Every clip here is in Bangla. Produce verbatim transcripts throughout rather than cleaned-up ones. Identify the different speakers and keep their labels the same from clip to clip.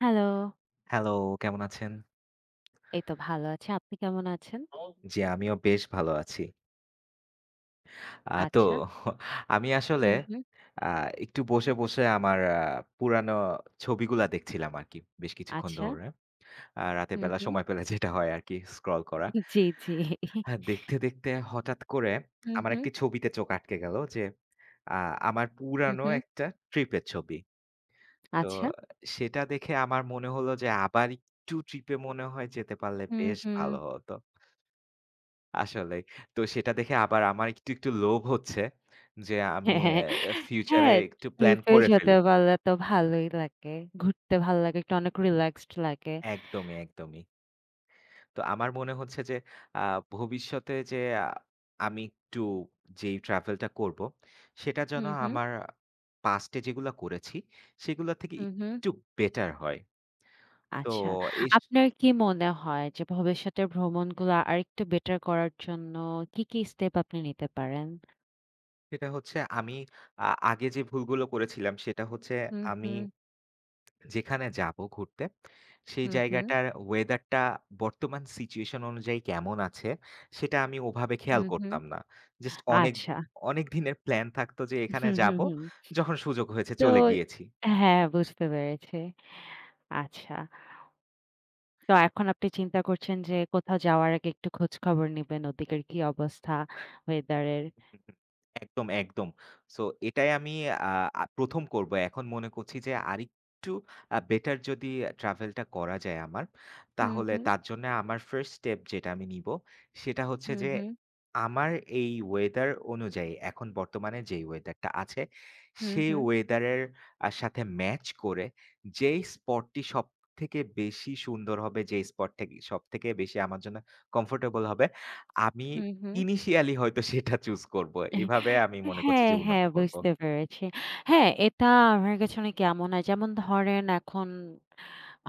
Speaker 1: হ্যালো।
Speaker 2: হ্যালো, কেমন আছেন?
Speaker 1: এই তো ভালো আছি। আপনি কেমন আছেন?
Speaker 2: জি, আমিও বেশ ভালো আছি। আ তো
Speaker 1: আচ্ছা।
Speaker 2: আমি আসলে
Speaker 1: হুম, হুম।
Speaker 2: আ একটু বসে, বসে আমার আ পুরানো ছবিগুলা দেখছিলাম আরকি বেশ কিছুক্ষণ
Speaker 1: আচ্ছা।
Speaker 2: ধরে। আ রাতের
Speaker 1: হুম,
Speaker 2: বেলা
Speaker 1: হুম।
Speaker 2: সময় পেলে যেটা হয় আরকি স্ক্রল করা।
Speaker 1: জি, জি।
Speaker 2: হ্যাঁ, দেখতে, দেখতে হঠাৎ করে
Speaker 1: হুম,
Speaker 2: আমার
Speaker 1: হুম,
Speaker 2: একটি ছবিতে চোখ আটকে গেল যে আ আমার
Speaker 1: হুম,
Speaker 2: পুরানো
Speaker 1: হুম।
Speaker 2: একটা ট্রিপের ছবি। তো
Speaker 1: আচ্ছা।
Speaker 2: সেটা দেখে আমার মনে হলো যে আবার একটু ট্রিপে মনে হয় যেতে পারলে
Speaker 1: হুম,
Speaker 2: বেশ
Speaker 1: হুম।
Speaker 2: ভালো হতো। আসলেই। তো সেটা দেখে আবার আমার একটু, একটু লোভ হচ্ছে যে আমি
Speaker 1: হ্যাঁ,
Speaker 2: অ্যা ফিউচারে
Speaker 1: হ্যাঁ,
Speaker 2: একটু প্ল্যান
Speaker 1: ট্রিপে
Speaker 2: করে ফেলি।
Speaker 1: যেতে পারলে তো ভালোই লাগে। ঘুরতে ভালো লাগে। একটু অনেক রিল্যাক্সড লাগে।
Speaker 2: একদমই, একদমই। তো আমার মনে হচ্ছে যে আ ভবিষ্যতে যে আ আমি একটু যেই ট্রাভেলটা করব, সেটা যেন
Speaker 1: হুম, হুম,
Speaker 2: আমার পাস্ট এ যেগুলা করেছি, সেগুলা থেকে
Speaker 1: হুম, হুম।
Speaker 2: একটু বেটার হয়। তো
Speaker 1: আচ্ছা।
Speaker 2: এস
Speaker 1: আপনার কি মনে হয় যে ভবিষ্যতে ভ্রমণগুলো আরেকটু বেটার করার জন্য কি, কি স্টেপ আপনি নিতে পারেন?
Speaker 2: সেটা হচ্ছে আমি আ আগে যে ভুলগুলো করেছিলাম, সেটা হচ্ছে
Speaker 1: হুম,
Speaker 2: আমি
Speaker 1: হুম,
Speaker 2: যেখানে যাবো ঘুরতে, সেই
Speaker 1: হুম, হুম,
Speaker 2: জায়গাটার ওয়েদারটা বর্তমান সিচুয়েশন অনুযায়ী কেমন আছে, সেটা আমি ওভাবে খেয়াল
Speaker 1: হুম, হুম।
Speaker 2: করতাম না। জাস্ট অনেক,
Speaker 1: আচ্ছা।
Speaker 2: অনেক দিনের প্ল্যান থাকতো যে এখানে
Speaker 1: হুম, হুম,
Speaker 2: যাবো,
Speaker 1: হুম।
Speaker 2: যখন সুযোগ হয়েছে
Speaker 1: তো
Speaker 2: চলে গিয়েছি।
Speaker 1: হ্যাঁ, বুঝতে পেরেছি। আচ্ছা। তো এখন আপনি চিন্তা করছেন যে কোথাও যাওয়ার আগে একটু খোঁজখবর নিবেন ওদিকের কি অবস্থা ওয়েদার এর।
Speaker 2: একদম, একদম। সো এটাই আমি আ আ প্রথম করব। এখন মনে করছি যে আরেকটু আ বেটার যদি ট্রাভেলটা করা যায় আমার,
Speaker 1: হুম,
Speaker 2: তাহলে
Speaker 1: হুম,
Speaker 2: তার জন্য আমার ফার্স্ট স্টেপ যেটা আমি নিব, সেটা হচ্ছে
Speaker 1: হুম,
Speaker 2: যে
Speaker 1: হুম,
Speaker 2: আমার এই ওয়েদার অনুযায়ী এখন বর্তমানে যেই ওয়েদারটা আছে,
Speaker 1: হুম,
Speaker 2: সেই
Speaker 1: হুম,
Speaker 2: ওয়েদারের আ সাথে ম্যাচ করে যেই স্পটটি সবথেকে বেশি সুন্দর হবে, যেই স্পট থেকে সবথেকে বেশি আমার জন্য কমফোর্টেবল হবে, আমি
Speaker 1: হুম, হুম।
Speaker 2: ইনিশিয়ালি হয়তো সেটা চুজ করব। এভাবে আমি মনে করছি
Speaker 1: হ্যাঁ,
Speaker 2: যে উন্নত
Speaker 1: হ্যাঁ,
Speaker 2: করব।
Speaker 1: বুঝতে পেরেছি। হ্যাঁ, এটা আমার কাছে অনেক এমন হয় যেমন ধরেন এখন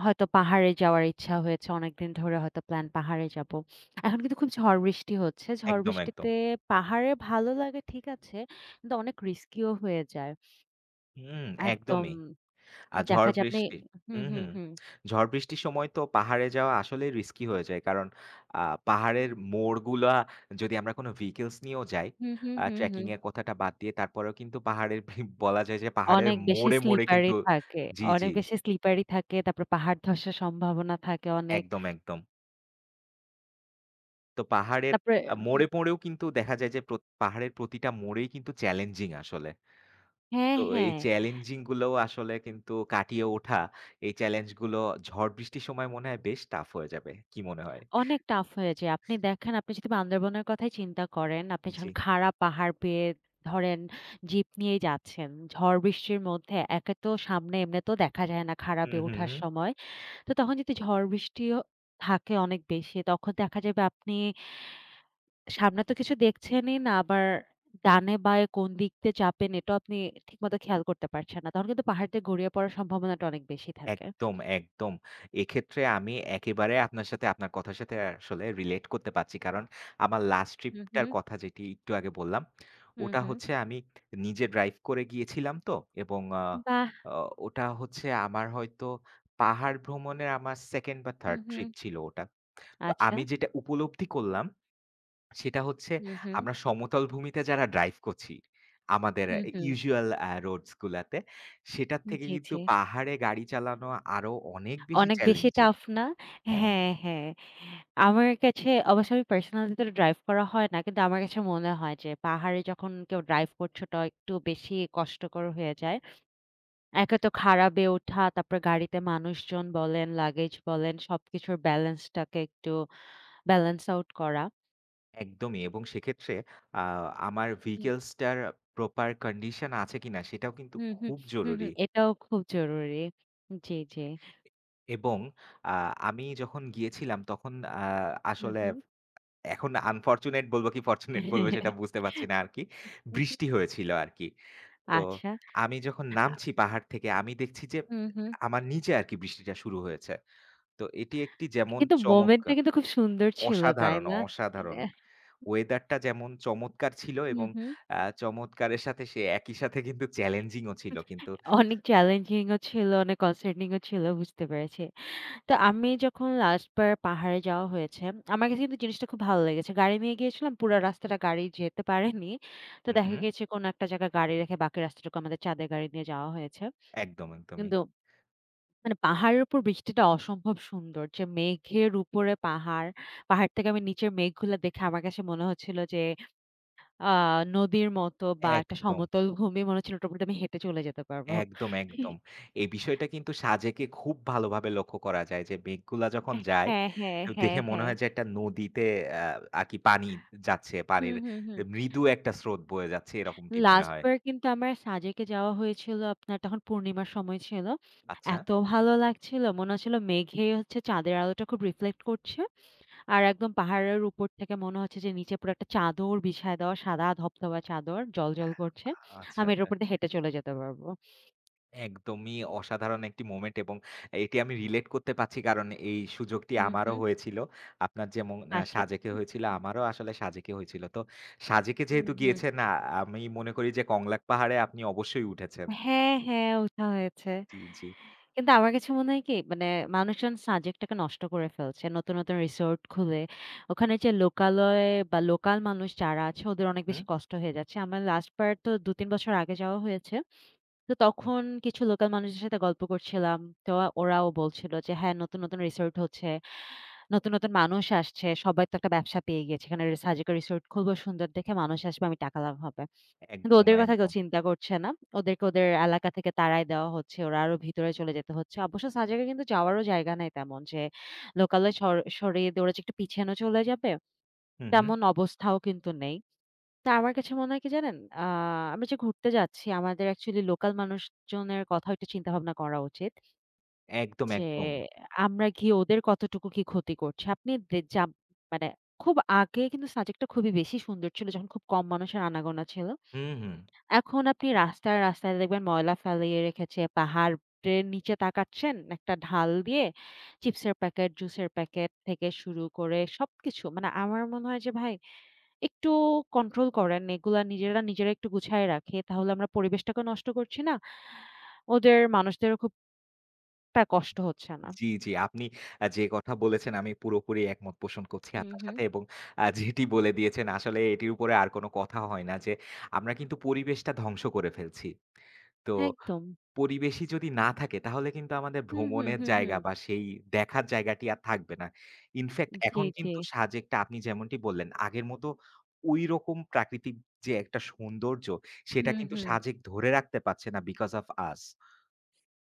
Speaker 1: হয়তো পাহাড়ে যাওয়ার ইচ্ছা হয়েছে। অনেকদিন ধরে হয়তো প্ল্যান পাহাড়ে যাবো। এখন কিন্তু খুব ঝড় বৃষ্টি হচ্ছে। ঝড়
Speaker 2: একদম, একদম।
Speaker 1: বৃষ্টিতে পাহাড়ে ভালো লাগে ঠিক আছে। কিন্তু অনেক রিস্কিও হয়ে যায়।
Speaker 2: হুম,
Speaker 1: একদম
Speaker 2: একদমই। আর
Speaker 1: দেখা
Speaker 2: ঝড়
Speaker 1: যায় আপনি
Speaker 2: বৃষ্টি
Speaker 1: হুম,
Speaker 2: হুম,
Speaker 1: হুম,
Speaker 2: হুম।
Speaker 1: হুম।
Speaker 2: ঝড় বৃষ্টির সময় তো পাহাড়ে যাওয়া আসলেই রিস্কি হয়ে যায়। কারণ আ পাহাড়ের মোড়গুলা যদি আমরা কোনো ভেহিকলস নিয়েও যাই,
Speaker 1: হুম, হুম,
Speaker 2: আ
Speaker 1: হুম,
Speaker 2: ট্রেকিং
Speaker 1: হুম।
Speaker 2: এর কথাটা বাদ দিয়ে তারপরেও কিন্তু পাহাড়ের ভি বলা যায় যে পাহাড়ের
Speaker 1: অনেক বেশি
Speaker 2: মোড়ে, মোড়ে
Speaker 1: স্লিপারি
Speaker 2: কিন্তু
Speaker 1: থাকে।
Speaker 2: জি,
Speaker 1: অনেক
Speaker 2: জি।
Speaker 1: বেশি স্লিপারি থাকে। তারপরে পাহাড় ধসের সম্ভাবনা থাকে অনেক।
Speaker 2: একদম, একদম। তো পাহাড়ের
Speaker 1: তারপরে
Speaker 2: আ
Speaker 1: হুম,
Speaker 2: মোড়ে, মোড়েও কিন্তু দেখা যায় যে প্র পাহাড়ের প্রতিটা মোড়েই কিন্তু চ্যালেঞ্জিং আসলে।
Speaker 1: হ্যাঁ,
Speaker 2: তো এই
Speaker 1: হ্যাঁ,
Speaker 2: চ্যালেঞ্জিং গুলোও আসলে কিন্তু কাটিয়ে ওঠা, এই চ্যালেঞ্জ গুলো ঝড় বৃষ্টির সময় মনে হয় বেশ টাফ হয়ে যাবে। কি মনে হয়?
Speaker 1: অনেক টাফ হয়ে যায়। আপনি দেখেন আপনি যদি বান্দরবনের কথাই চিন্তা করেন, আপনি
Speaker 2: জি।
Speaker 1: যখন খাড়া পাহাড় বেয়ে ধরেন জিপ নিয়েই যাচ্ছেন, ঝড় বৃষ্টির মধ্যে একে তো সামনে এমনিতেও দেখা যায় না খাড়া
Speaker 2: হুম,
Speaker 1: বেয়ে
Speaker 2: হুম,
Speaker 1: ওঠার
Speaker 2: হুম।
Speaker 1: সময়। তো তখন যদি ঝড় বৃষ্টিও থাকে অনেক বেশি, তখন দেখা যাবে আপনি সামনে তো কিছু দেখছেনই না, আবার ডানে বাঁয়ে কোন দিক দিয়ে চাপেন এটাও আপনি ঠিকমতো খেয়াল করতে পারছেন না। তখন কিন্তু পাহাড় দিয়ে গড়িয়ে পড়ার সম্ভাবনাটা অনেক বেশি থাকে।
Speaker 2: একদম, একদম। এক্ষেত্রে আমি একেবারে আপনার সাথে আপনার কথার সাথে আসলে রিলেট করতে পারছি। কারণ আমার লাস্ট
Speaker 1: হুম,
Speaker 2: ট্রিপটার
Speaker 1: হুম,
Speaker 2: কথা যেটি একটু আগে বললাম,
Speaker 1: হুম,
Speaker 2: ওটা
Speaker 1: হুম।
Speaker 2: হচ্ছে আমি নিজে ড্রাইভ করে গিয়েছিলাম তো এবং আ
Speaker 1: বাহ!
Speaker 2: অ ওটা হচ্ছে আমার হয়তো পাহাড় ভ্রমণের আমার দ্বিতীয় বা তৃতীয়
Speaker 1: হুম, হুম।
Speaker 2: ট্রিপ ছিল ওটা। তো
Speaker 1: আচ্ছা।
Speaker 2: আমি যেটা উপলব্ধি করলাম সেটা হচ্ছে
Speaker 1: হুম, হুম,
Speaker 2: আমরা সমতল ভূমিতে যারা ড্রাইভ করছি, আমাদের
Speaker 1: হুম, হুম।
Speaker 2: ইউজুয়াল আ রোডস গুলাতে, সেটার থেকে
Speaker 1: জি,
Speaker 2: কিন্তু
Speaker 1: জি।
Speaker 2: পাহাড়ে গাড়ি চালানো আরো অনেক বেশি
Speaker 1: অনেক বেশি
Speaker 2: চ্যালেঞ্জের।
Speaker 1: টাফ না?
Speaker 2: অন
Speaker 1: হ্যাঁ, হ্যাঁ। আমার কাছে অবশ্য আমি পার্সোনালি তো ড্রাইভ করা হয় না। কিন্তু আমার কাছে মনে হয় যে পাহাড়ে যখন কেউ ড্রাইভ করছে ওটা একটু বেশি কষ্টকর হয়ে যায়। একে তো খারাবে ওঠা, তারপরে গাড়িতে মানুষজন বলেন, লাগেজ বলেন, সবকিছুর ব্যালেন্সটাকে একটু ব্যালেন্স আউট করা।
Speaker 2: একদমই এবং সেক্ষেত্রে আ আমার ভেহিকলস টার প্রপার কন্ডিশন আছে কিনা সেটাও কিন্তু
Speaker 1: হুম, হুম, হুম,
Speaker 2: খুব
Speaker 1: হুম,
Speaker 2: জরুরি।
Speaker 1: হুম। এটাও খুব জরুরি। জি, জি।
Speaker 2: এবং আ আমি যখন গিয়েছিলাম তখন আ
Speaker 1: হুম,
Speaker 2: আসলে
Speaker 1: হুম।
Speaker 2: এখন আনফরচুনেট বলব কি ফরচুনেট বলব সেটা বুঝতে পারছি না আরকি। বৃষ্টি হয়েছিল আরকি। তো
Speaker 1: আচ্ছা।
Speaker 2: আমি যখন
Speaker 1: আ
Speaker 2: নামছি পাহাড় থেকে আমি দেখছি যে
Speaker 1: হুম, হুম।
Speaker 2: আমার নিচে আরকি বৃষ্টিটা শুরু হয়েছে। তো এটি একটি যেমন
Speaker 1: কিন্তু মোমেন্টটা
Speaker 2: চমৎকার
Speaker 1: কিন্তু খুব সুন্দর ছিল, তাই
Speaker 2: অসাধারণ,
Speaker 1: না?
Speaker 2: অসাধারণ।
Speaker 1: এহ
Speaker 2: ওয়েদারটা যেমন চমৎকার ছিল
Speaker 1: হুম,
Speaker 2: এবং
Speaker 1: হুম।
Speaker 2: আ চমৎকারের সাথে সে একই সাথে কিন্তু চ্যালেঞ্জিং ও ছিল কিন্তু
Speaker 1: অনেক চ্যালেঞ্জিং ও ছিল, অনেক কনসার্নিং ও ছিল বুঝতে পেরেছি। তো আমি যখন লাস্ট বার পাহাড়ে যাওয়া হয়েছে, আমার কাছে কিন্তু জিনিসটা খুব ভালো লেগেছে। গাড়ি নিয়ে গিয়েছিলাম, পুরা রাস্তাটা গাড়ি যেতে পারেনি। তো
Speaker 2: হু,
Speaker 1: দেখা
Speaker 2: হু।
Speaker 1: গেছে কোনো একটা জায়গায় গাড়ি রেখে বাকি রাস্তাটুকু আমাদের চাঁদের গাড়ি নিয়ে যাওয়া হয়েছে।
Speaker 2: একদম, একদমই।
Speaker 1: কিন্তু মানে পাহাড়ের উপর বৃষ্টিটা অসম্ভব সুন্দর। যে মেঘের উপরে পাহাড়, পাহাড় থেকে আমি নিচের মেঘগুলো দেখে আমার কাছে মনে হচ্ছিল যে আ নদীর মতো বা একটা
Speaker 2: একদম।
Speaker 1: সমতল ভূমি মনে হচ্ছিল ওটার উপর দিয়ে আমি হেঁটে চলে যেতে পারবো।
Speaker 2: একদম, একদম। এই বিষয়টা কিন্তু সাজেকে খুব ভালোভাবে লক্ষ্য করা যায় যে মেঘগুলা যখন যায়,
Speaker 1: হ্যাঁ, হ্যাঁ, হ্যাঁ,
Speaker 2: দেখে মনে
Speaker 1: হ্যাঁ।
Speaker 2: হয় যে একটা নদীতে আ আরকি পানি যাচ্ছে। পানির
Speaker 1: হুম, হুম, হুম।
Speaker 2: মৃদু একটা স্রোত বয়ে যাচ্ছে এরকমটি মনে
Speaker 1: লাস্ট
Speaker 2: হয়।
Speaker 1: বার কিন্তু আমার সাজেকে যাওয়া হয়েছিল আপনার তখন পূর্ণিমার সময় ছিল।
Speaker 2: আচ্ছা,
Speaker 1: এত ভালো লাগছিল। মনে হচ্ছিল মেঘে হচ্ছে চাঁদের আলোটা খুব রিফ্লেক্ট করছে। আর একদম পাহাড়ের উপর থেকে মনে হচ্ছে যে নিচে পুরো একটা চাদর বিছায় দেওয়া সাদা ধবধবা চাদর জ্বলজ্বল করছে।
Speaker 2: আচ্ছা,
Speaker 1: আমি এটার
Speaker 2: আচ্ছা।
Speaker 1: উপর দিয়ে হেঁটে চলে যেতে পারব।
Speaker 2: একদমই অসাধারণ একটি মোমেন্ট এবং এটি আমি রিলেট করতে পারছি কারণ এই সুযোগটি
Speaker 1: হুম,
Speaker 2: আমারও
Speaker 1: হুম।
Speaker 2: হয়েছিল। আপনার যেমন আ
Speaker 1: আচ্ছা।
Speaker 2: সাজেকে হয়েছিল আমারও আসলে সাজেকে হয়েছিল। তো সাজেকে
Speaker 1: হুম,
Speaker 2: যেহেতু
Speaker 1: হুম।
Speaker 2: গিয়েছেন আ আমি মনে করি যে কংলাক পাহাড়ে আপনি অবশ্যই উঠেছেন।
Speaker 1: হ্যাঁ, হ্যাঁ ওঠা হয়েছে।
Speaker 2: জি, জি।
Speaker 1: কিন্তু আমার কাছে মনে হয় কি মানে মানুষজন সাবজেক্টটাকে নষ্ট করে ফেলছে। নতুন, নতুন রিসোর্ট খুলে ওখানে যে লোকালয় বা লোকাল মানুষ যারা আছে ওদের অনেক
Speaker 2: হু।
Speaker 1: বেশি কষ্ট হয়ে যাচ্ছে। আমার লাস্ট বার তো দুই তিন বছর আগে যাওয়া হয়েছে। তো
Speaker 2: হুম,
Speaker 1: তখন
Speaker 2: হুম।
Speaker 1: কিছু লোকাল মানুষদের সাথে গল্প করছিলাম। তো ওরাও বলছিল যে, "হ্যাঁ, নতুন, নতুন রিসোর্ট হচ্ছে। নতুন, নতুন মানুষ আসছে। সবাই তো একটা ব্যবসা পেয়ে গিয়েছে। এখানে সার্জিক্যাল রিসোর্ট খুলবো সুন্দর দেখে মানুষ আসবে, আমি টাকা লাভ হবে।" কিন্তু
Speaker 2: একদম,
Speaker 1: ওদের কথা কেউ
Speaker 2: একদম।
Speaker 1: চিন্তা করছে না। ওদেরকে ওদের এলাকা থেকে তাড়ায় দেওয়া হচ্ছে। ওরা আরো ভিতরে চলে যেতে হচ্ছে। অবশ্য সাজেকে কিন্তু যাওয়ারও জায়গা নাই তেমন যে লোকালয় সর সরিয়ে দিয়ে ওরা যে একটু পিছানো চলে যাবে,
Speaker 2: হুম, হুম।
Speaker 1: তেমন অবস্থাও কিন্তু নেই। তা আমার কাছে মনে হয় কি জানেন? আ আমরা যে ঘুরতে যাচ্ছি আমাদের একচুয়ালি লোকাল মানুষজনের কথাও একটু চিন্তা ভাবনা করা উচিত।
Speaker 2: একদম,
Speaker 1: যে
Speaker 2: একদম।
Speaker 1: আমরা গিয়ে ওদের কতটুকু কি ক্ষতি করছি। আপনি দে যা মানে খুব আগে কিন্তু সাজেকটা খুবই বেশি সুন্দর ছিল যখন খুব কম মানুষের আনাগোনা ছিল।
Speaker 2: হুম, হুম।
Speaker 1: এখন আপনি রাস্তায়, রাস্তায় দেখবেন ময়লা ফেলিয়ে রেখেছে। পাহাড়ের নিচে তাকাচ্ছেন, একটা ঢাল দিয়ে চিপসের প্যাকেট, জুসের প্যাকেট থেকে শুরু করে সবকিছু। মানে আমার মনে হয় যে ভাই একটু কন্ট্রোল করেন। এগুলা নিজেরা, নিজেরা একটু গুছায় রাখি। তাহলে আমরা পরিবেশটাকে নষ্ট করছি না। ওদের মানুষদেরও খুব একটা কষ্ট হচ্ছে না।
Speaker 2: জি, জি। আপনি আ যে কথা বলেছেন আমি পুরোপুরি একমত পোষণ করছি
Speaker 1: হুম,
Speaker 2: আপনার
Speaker 1: হুম।
Speaker 2: সাথে এবং আ যেটি বলে দিয়েছেন আসলে এটির উপরে আর কোনো কথা হয় না যে আমরা কিন্তু পরিবেশটা ধ্বংস করে ফেলছি। তো
Speaker 1: একদম।
Speaker 2: পরিবেশই যদি না থাকে তাহলে কিন্তু আমাদের
Speaker 1: হুম, হুম,
Speaker 2: ভ্রমণের
Speaker 1: হুম,
Speaker 2: জায়গা
Speaker 1: হুম।
Speaker 2: বা সেই দেখার জায়গাটি আর থাকবে না। ইনফেক্ট
Speaker 1: জি,
Speaker 2: এখন
Speaker 1: জি।
Speaker 2: কিন্তু সাজেকটা আপনি যেমনটি বললেন, আগের মতো ওইরকম প্রাকৃতিক যে একটা সৌন্দর্য সেটা
Speaker 1: হুম,
Speaker 2: কিন্তু
Speaker 1: হুম।
Speaker 2: সাজেক ধরে রাখতে পারছে না because of us.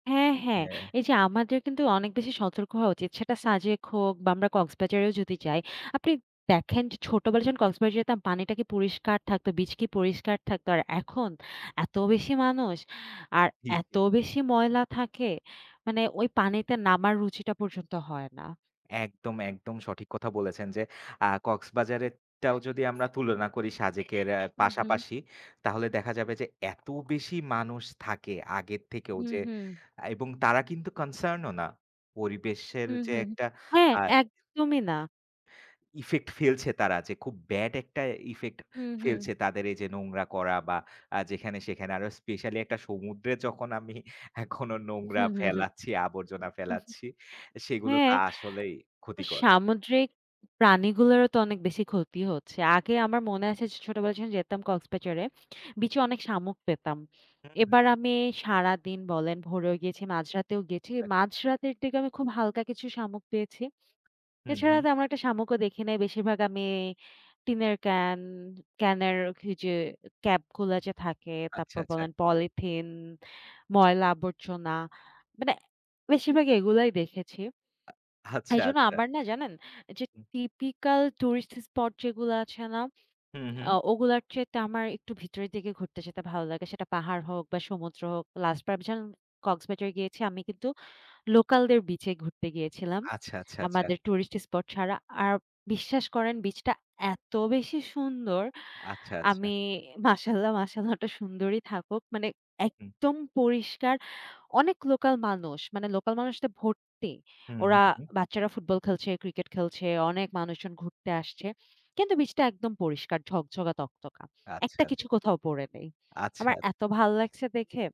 Speaker 1: হ্যাঁ, হ্যাঁ।
Speaker 2: হ্যাঁ,
Speaker 1: এই যে আমাদের কিন্তু অনেক বেশি সতর্ক হওয়া উচিত। সেটা সাজেক হোক বা আমরা কক্সবাজারেও যদি যাই। আপনি দেখেন যে ছোটবেলায় যখন কক্সবাজারে যেতাম পানিটা কি পরিষ্কার থাকতো, বিচ কি পরিষ্কার থাকতো। আর এখন এত বেশি মানুষ আর
Speaker 2: জি,
Speaker 1: এত
Speaker 2: জি।
Speaker 1: বেশি ময়লা থাকে মানে ওই পানিতে নামার রুচিটা পর্যন্ত হয় না।
Speaker 2: একদম, একদম সঠিক কথা বলেছেন যে আ কক্সবাজারেরটাও যদি আমরা তুলনা করি সাজেকের আ
Speaker 1: হুম, হুম।
Speaker 2: পাশাপাশি, তাহলে দেখা যাবে যে এত বেশি মানুষ থাকে আগের থেকেও
Speaker 1: হুম,
Speaker 2: যে
Speaker 1: হুম।
Speaker 2: আ এবং তারা কিন্তু কনসার্ন ও না। পরিবেশের
Speaker 1: হুম,
Speaker 2: যে
Speaker 1: হুম।
Speaker 2: একটা
Speaker 1: হ্যাঁ,
Speaker 2: আ
Speaker 1: একদমই না।
Speaker 2: ইফেক্ট ফেলছে তারা যে খুব ব্যাড একটা ইফেক্ট
Speaker 1: হুম, হুম।
Speaker 2: ফেলছে তাদের এই যে নোংরা করা বা আ যেখানে সেখানে আরো স্পেশালি একটা সমুদ্রে যখন আমি আ কোনো নোংরা
Speaker 1: হু, হু, হু।
Speaker 2: ফেলাচ্ছি, আবর্জনা ফেলাচ্ছি, সেগুলো তো
Speaker 1: হ্যাঁ।
Speaker 2: আসলেই ক্ষতিকর।
Speaker 1: সামুদ্রিক প্রাণীগুলোরও তো অনেক বেশি ক্ষতি হচ্ছে। আগে আমার মনে আছে যে ছোটবেলায় যখন যেতাম কক্সবাজারে, বিচে অনেক শামুক পেতাম।
Speaker 2: হুম।
Speaker 1: এবার আমি সারাদিন বলেন ভোরেও গেছি, মাঝরাতেও গেছি। মাঝরাতের দিকে আমি খুব হালকা কিছু শামুক পেয়েছি।
Speaker 2: হুম,
Speaker 1: এছাড়া
Speaker 2: হুম।
Speaker 1: তেমন একটা শামুকও দেখি নাই। বেশিরভাগ আমি টিনের ক্যান, ক্যানের ওই যে ক্যাপগুলা যে থাকে,
Speaker 2: আচ্ছা,
Speaker 1: তারপর
Speaker 2: আচ্ছা।
Speaker 1: বলেন পলিথিন, ময়লা আবর্জনা মানে বেশিরভাগ এগুলাই দেখেছি।
Speaker 2: আচ্ছা,
Speaker 1: এইজন্য
Speaker 2: আচ্ছা।
Speaker 1: আমার না জানেন যে
Speaker 2: হুম,
Speaker 1: টিপিক্যাল টুরিস্ট স্পট যেগুলো আছে না,
Speaker 2: হুম, হুম।
Speaker 1: আ ওগুলার চাইতে আমার একটু ভিতরের দিকে ঘুরতে যেতে ভালো লাগে। সেটা পাহাড় হোক বা সমুদ্র হোক। লাস্ট বার যখন কক্সবাজার গিয়েছি আমি কিন্তু লোকালদের বিচে ঘুরতে গিয়েছিলাম।
Speaker 2: আচ্ছা, আচ্ছা, আচ্ছা।
Speaker 1: আমাদের টুরিস্ট স্পট ছাড়া। আর বিশ্বাস করেন বিচটা এত বেশি সুন্দর।
Speaker 2: আচ্ছা, আচ্ছা।
Speaker 1: আমি মাশাআল্লাহ, মাশাআল্লাহ ওটা সুন্দরই থাকুক। মানে
Speaker 2: হুম,
Speaker 1: একদম পরিষ্কার অনেক লোকাল মানুষ, মানে লোকাল মানুষদের ভর্তি।
Speaker 2: হুম,
Speaker 1: ওরা
Speaker 2: হুম, হুম।
Speaker 1: বাচ্চারা ফুটবল খেলছে, ক্রিকেট খেলছে, অনেক মানুষজন ঘুরতে আসছে। কিন্তু বিচটা একদম পরিষ্কার ঝকঝকা তকতকা।
Speaker 2: আচ্ছা,
Speaker 1: একটা কিছু
Speaker 2: আচ্ছা।
Speaker 1: কোথাও পড়ে নেই।
Speaker 2: আচ্ছা।
Speaker 1: আমার এত ভাল লাগছে দেখে।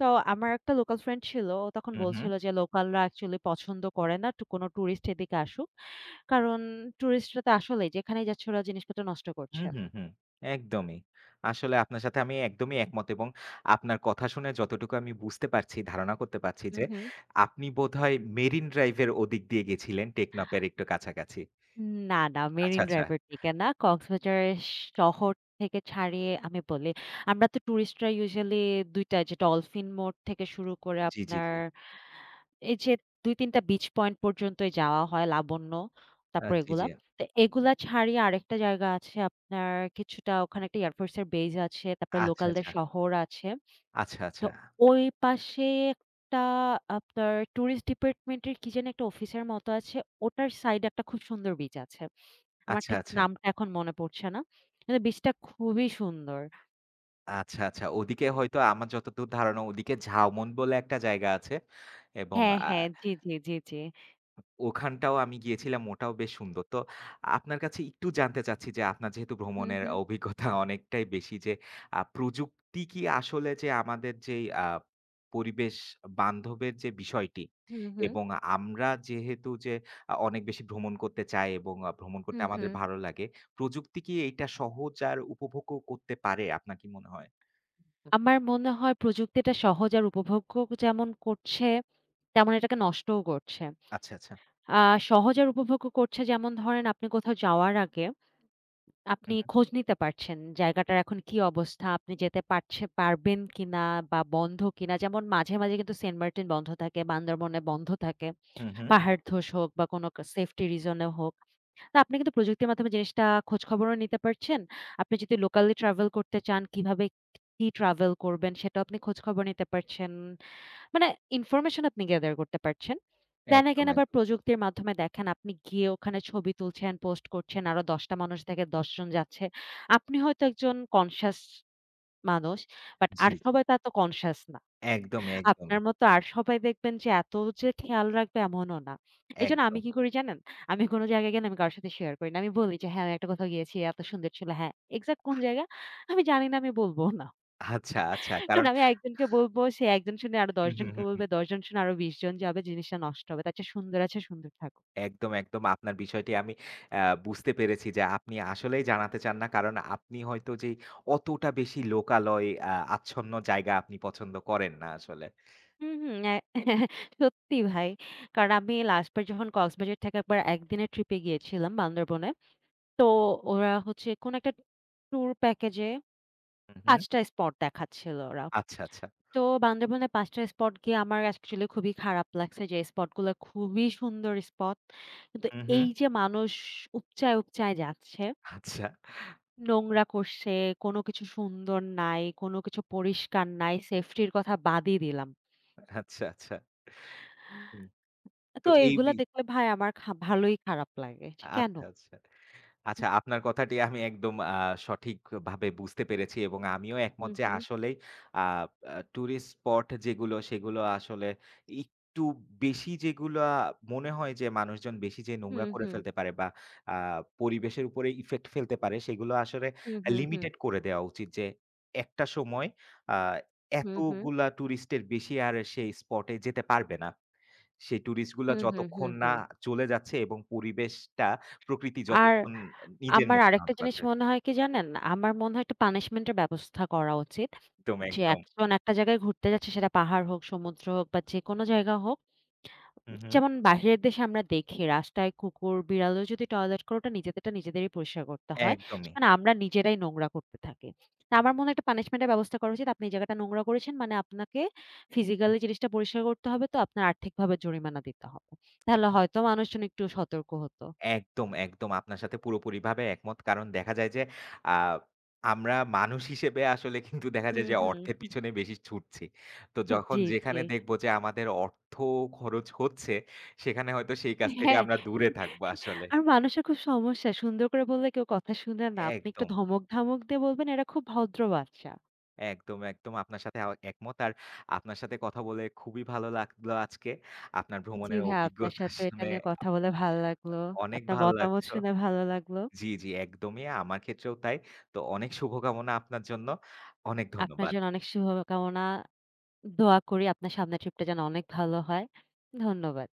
Speaker 1: তো আমার একটা লোকাল ফ্রেন্ড ছিল। ও তখন
Speaker 2: হুম, হুম।
Speaker 1: বলছিল যে লোকালরা অ্যাকচুয়ালি পছন্দ করে না টু কোনো টুরিস্ট এদিকে আসুক। কারণ টুরিস্টরা তো আসলেই যেখানেই যাচ্ছে ওরা জিনিসপত্র নষ্ট করছে।
Speaker 2: হুম, হুম, হুম। একদমই। আসলে আপনার সাথে আমি একদমই একমত এবং আপনার কথা শুনে যতটুকু আমি বুঝতে পারছি, ধারণা করতে পারছি
Speaker 1: হু,
Speaker 2: যে
Speaker 1: হু।
Speaker 2: আপনি বোধহয় মেরিন ড্রাইভ এর ওদিক দিয়ে গেছিলেন টেকনাফের একটু কাছাকাছি।
Speaker 1: না, না,
Speaker 2: আচ্ছা,
Speaker 1: মেরিন
Speaker 2: আচ্ছা।
Speaker 1: ড্রাইভের দিকে না। কক্সবাজারের শহর থেকে ছাড়িয়ে আমি বলি, আমরা তো টুরিস্টরা ইউজুয়ালি দুই টা যে ডলফিন মোড় থেকে শুরু করে
Speaker 2: জি, জি,
Speaker 1: আপনার
Speaker 2: জি।
Speaker 1: এই যে দুই তিন টা বিচ পয়েন্ট পর্যন্তই যাওয়া হয়, লাবণ্য,
Speaker 2: আ
Speaker 1: তারপর
Speaker 2: জি,
Speaker 1: এগুলা।
Speaker 2: জি।
Speaker 1: তো এগুলা ছাড়িয়ে আরেকটা জায়গা আছে আপনার কিছুটা ওখানে একটা এয়ারফোর্সের বেজ আছে, তারপরে
Speaker 2: আচ্ছা,
Speaker 1: লোকালদের
Speaker 2: আচ্ছা।
Speaker 1: শহর আছে।
Speaker 2: আচ্ছা,
Speaker 1: তো
Speaker 2: আচ্ছা।
Speaker 1: ওই পাশে একটা আপনার টুরিস্ট ডিপার্টমেন্টের কি জানি একটা অফিসের মতো আছে। ওটার সাইডে একটা খুব সুন্দর বিচ আছে। আমার
Speaker 2: আচ্ছা,
Speaker 1: ঠিক
Speaker 2: আচ্ছা।
Speaker 1: নামটা এখন মনে পড়ছে না। কিন্তু বীচটা খুবই সুন্দর।
Speaker 2: আচ্ছা, আচ্ছা। ওদিকে হয়তো আমার যতদূর ধারণা ওদিকে ঝাউমন বলে একটা জায়গা আছে এবং
Speaker 1: হ্যাঁ,
Speaker 2: আ
Speaker 1: হ্যাঁ। জি, জি, জি, জি।
Speaker 2: ওখানটাও আমি গিয়েছিলাম। ওটাও বেশ সুন্দর। তো আপনার কাছে একটু জানতে চাচ্ছি যে আপনার যেহেতু
Speaker 1: হুম,
Speaker 2: ভ্রমণের
Speaker 1: হুম,
Speaker 2: অভিজ্ঞতা অনেকটাই বেশি যে আ প্রযুক্তি কি আসলে যে আমাদের যেই আ পরিবেশ বান্ধবের যে বিষয়টি
Speaker 1: হুম, হুম,
Speaker 2: এবং আমরা যেহেতু যে আ অনেক বেশি ভ্রমণ করতে চাই এবং আ ভ্রমণ করতে
Speaker 1: হুম,
Speaker 2: আমাদের
Speaker 1: হুম।
Speaker 2: ভালো লাগে। প্রযুক্তি কি এইটা সহজ আর উপভোগও করতে পারে আপনার কি মনে হয়?
Speaker 1: আমার মনে হয় প্রযুক্তিটা সহজ আর উপভোগ্য যেমন করছে, তেমন এটাকে নষ্টও করছে।
Speaker 2: আচ্ছা, আচ্ছা।
Speaker 1: আ সহজ আর উপভোগ্য করছে যেমন ধরেন আপনি কোথাও যাওয়ার আগে আপনি
Speaker 2: হুম।
Speaker 1: খোঁজ নিতে পারছেন জায়গাটার এখন কি অবস্থা, আপনি যেতে পারছে পারবেন কিনা বা বন্ধ কিনা। যেমন মাঝে, মাঝে কিন্তু সেন্ট মার্টিন বন্ধ থাকে, বান্দরবনে বন্ধ থাকে।
Speaker 2: হুম, হুম।
Speaker 1: পাহাড় ধস হোক বা কোনো সেফটি রিজন এ হোক। না, আপনি কিন্তু প্রযুক্তির মাধ্যমে জিনিসটা খোঁজখবরও নিতে পারছেন। আপনি যদি লোকালি ট্রাভেল করতে চান, কিভাবে কি ট্রাভেল করবেন সেটাও আপনি খোঁজখবর নিতে পারছেন। মানে ইনফরমেশন আপনি গ্যাদার করতে পারছেন। দেন
Speaker 2: একদম,
Speaker 1: এগেইন আবার
Speaker 2: একদম।
Speaker 1: প্রযুক্তির মাধ্যমে দেখেন আপনি গিয়ে ওখানে ছবি তুলছেন, পোস্ট করছেন। আরো দশ টা মানুষ থেকে দশ জন যাচ্ছে। আপনি হয়তো একজন কনশিয়াস মানুষ, বাট
Speaker 2: জি,
Speaker 1: আর
Speaker 2: জি।
Speaker 1: সবাই তা তো কনশিয়াস না।
Speaker 2: একদমই, একদমই,
Speaker 1: আপনার মতো আর সবাই দেখবেন যে এত যে খেয়াল রাখবে এমনও না। এজন্য আমি
Speaker 2: একদম।
Speaker 1: কি করি জানেন? আমি কোন জায়গায় গেলে আমি কারো সাথে শেয়ার করি না। আমি বলি যে, "হ্যাঁ, আমি একটা কোথাও গিয়েছি, এত সুন্দর ছিল।" হ্যাঁ, এক্সাক্ট কোন জায়গা? আমি জানি না, আমি বলবো না।
Speaker 2: আচ্ছা, আচ্ছা। কারণ
Speaker 1: কারণ আমি একজনকে বলবো, সে একজন শুনে আরো দশ
Speaker 2: হুম, হুম,
Speaker 1: জনকে
Speaker 2: হুম, হুম।
Speaker 1: বলবে, দশ জন শুনে আরো বিশ জন যাবে, জিনিসটা নষ্ট হবে। তার চেয়ে সুন্দর আছে, সুন্দর থাকুক।
Speaker 2: একদম, একদম আপনার বিষয়টি আমি আ বুঝতে পেরেছি যে আপনি আসলেই জানাতে চান না। কারণ আপনি হয়তো যেই অতটা বেশি লোকালয় আ আচ্ছন্ন জায়গা আপনি পছন্দ করেন না আসলে।
Speaker 1: হুম, হুম। অ্যা সত্যি ভাই। কারণ আমি লাস্ট বার যখন কক্সবাজার থেকে একবার একদিনের ট্রিপে গিয়েছিলাম বান্দরবনে। তো ওরা হচ্ছে কোন একটা ট্যুর প্যাকেজে
Speaker 2: হুম, হুম।
Speaker 1: পাঁচ টা স্পট দেখাচ্ছিল ওরা।
Speaker 2: আচ্ছা, আচ্ছা।
Speaker 1: তো বান্দরবনে পাঁচ টা স্পট গিয়ে আমার অ্যাকচুয়ালি খুবই খারাপ লাগছে যে স্পট গুলো খুবই সুন্দর স্পট। কিন্তু
Speaker 2: হুম, হুম।
Speaker 1: এই যে মানুষ উপচায়, উপচায় যাচ্ছে,
Speaker 2: আচ্ছা,
Speaker 1: নোংরা করছে, কোনো কিছু সুন্দর নাই, কোনো কিছু পরিষ্কার নাই, সেফটির কথা বাদই দিলাম।
Speaker 2: আচ্ছা, আচ্ছা। হুম। তো
Speaker 1: তো
Speaker 2: এই
Speaker 1: এগুলা
Speaker 2: বি
Speaker 1: দেখলে ভাই আমার খা ভালোই খারাপ লাগে। যে কেন?
Speaker 2: আচ্ছা, আচ্ছা। আচ্ছা, আপনার কথাটি আমি একদম আ সঠিকভাবে বুঝতে পেরেছি এবং আমিও
Speaker 1: হু,
Speaker 2: একমত যে
Speaker 1: হু,
Speaker 2: আসলেই আ আ টুরিস্ট স্পট যেগুলো সেগুলো আসলে একটু বেশি যেগুলা মনে হয় যে মানুষজন বেশি যে
Speaker 1: হু, হু,
Speaker 2: নোংরা করে
Speaker 1: হু,
Speaker 2: ফেলতে পারে বা আ পরিবেশের উপরে ইফেক্ট ফেলতে পারে সেগুলো আসলে
Speaker 1: হু, হু, হু,
Speaker 2: লিমিটেড করে দেওয়া উচিত। যে একটা সময় আ
Speaker 1: হু,
Speaker 2: এতগুলা টুরিস্টের বেশি আর সেই স্পটে যেতে পারবে না। সেই টুরিস্ট গুলা
Speaker 1: হু, হু, হু,
Speaker 2: যতক্ষণ
Speaker 1: হু।
Speaker 2: না চলে যাচ্ছে এবং পরিবেশটা প্রকৃতি
Speaker 1: আর
Speaker 2: যতক্ষণ নিজের
Speaker 1: আমার
Speaker 2: মতো না
Speaker 1: আরেকটা
Speaker 2: হতে
Speaker 1: জিনিস
Speaker 2: পারছে।
Speaker 1: মনে হয় কি জানেন? আমার মনে হয় একটা পানিশমেন্ট এর ব্যবস্থা করা উচিত।
Speaker 2: একদম,
Speaker 1: যে
Speaker 2: একদম।
Speaker 1: একজন একটা জায়গায় ঘুরতে যাচ্ছে সেটা পাহাড় হোক, সমুদ্র হোক বা যেকোনো জায়গা হোক।
Speaker 2: হু, হু।
Speaker 1: যেমন বাহিরের দেশে আমরা দেখি রাস্তায় কুকুর, বিড়ালেও যদি টয়লেট করে ওটা নিজেদেরটা নিজেদেরই পরিষ্কার করতে হয়।
Speaker 2: একদমই।
Speaker 1: সেখানে আমরা নিজেরাই নোংরা করতে থাকি। তা আমার মনে হয় একটা পানিশমেন্ট এর ব্যবস্থা করা উচিত। আপনি এই জায়গাটা নোংরা করেছেন মানে আপনাকে ফিজিক্যালি জিনিসটা পরিষ্কার করতে হবে তো আপনার আর্থিকভাবে জরিমানা দিতে হবে। তাহলে হয়তো মানুষজন একটু সতর্ক হতো।
Speaker 2: একদম, একদম আপনার সাথে পুরোপুরিভাবে একমত। কারণ দেখা যায় যে আ আমরা মানুষ হিসেবে আসলে কিন্তু দেখা যায়
Speaker 1: হুম,
Speaker 2: যে
Speaker 1: হুম।
Speaker 2: অর্থের পিছনে বেশি ছুটছি। তো যখন
Speaker 1: জি, জি।
Speaker 2: যেখানে দেখব যে আমাদের অর্থ খরচ হচ্ছে, সেখানে হয়তো সেই কাজ থেকে
Speaker 1: হ্যাঁ।
Speaker 2: আমরা দূরে থাকবো আসলে।
Speaker 1: আর মানুষের খুব সমস্যা। সুন্দর করে বললে কেউ কথা শুনে না। আপনি একটু
Speaker 2: একদম।
Speaker 1: ধমক-ধমক দিয়ে বলবেন, এরা খুব ভদ্র বাচ্চা।
Speaker 2: একদম, একদম। আপনার সাথে আ একমত। আর আপনার সাথে কথা বলে খুবই ভালো লাগলো আজকে। আপনার
Speaker 1: জি
Speaker 2: ভ্রমণের
Speaker 1: ভাই, আপনার
Speaker 2: অভিজ্ঞতা
Speaker 1: সাথে এটা
Speaker 2: শুনে
Speaker 1: নিয়ে কথা বলে ভালো লাগলো।
Speaker 2: অনেক
Speaker 1: আপনার
Speaker 2: ভাল
Speaker 1: মতামত
Speaker 2: লাগছো।
Speaker 1: শুনে ভালো লাগলো।
Speaker 2: জি, জি, একদমই। আমার ক্ষেত্রেও তাই। তো অনেক শুভকামনা আপনার জন্য। অনেক
Speaker 1: আপনার
Speaker 2: ধন্যবাদ।
Speaker 1: জন্য অনেক শুভকামনা। দোয়া করি আপনার সামনের ট্রিপটা যেন অনেক ভালো হয়। ধন্যবাদ।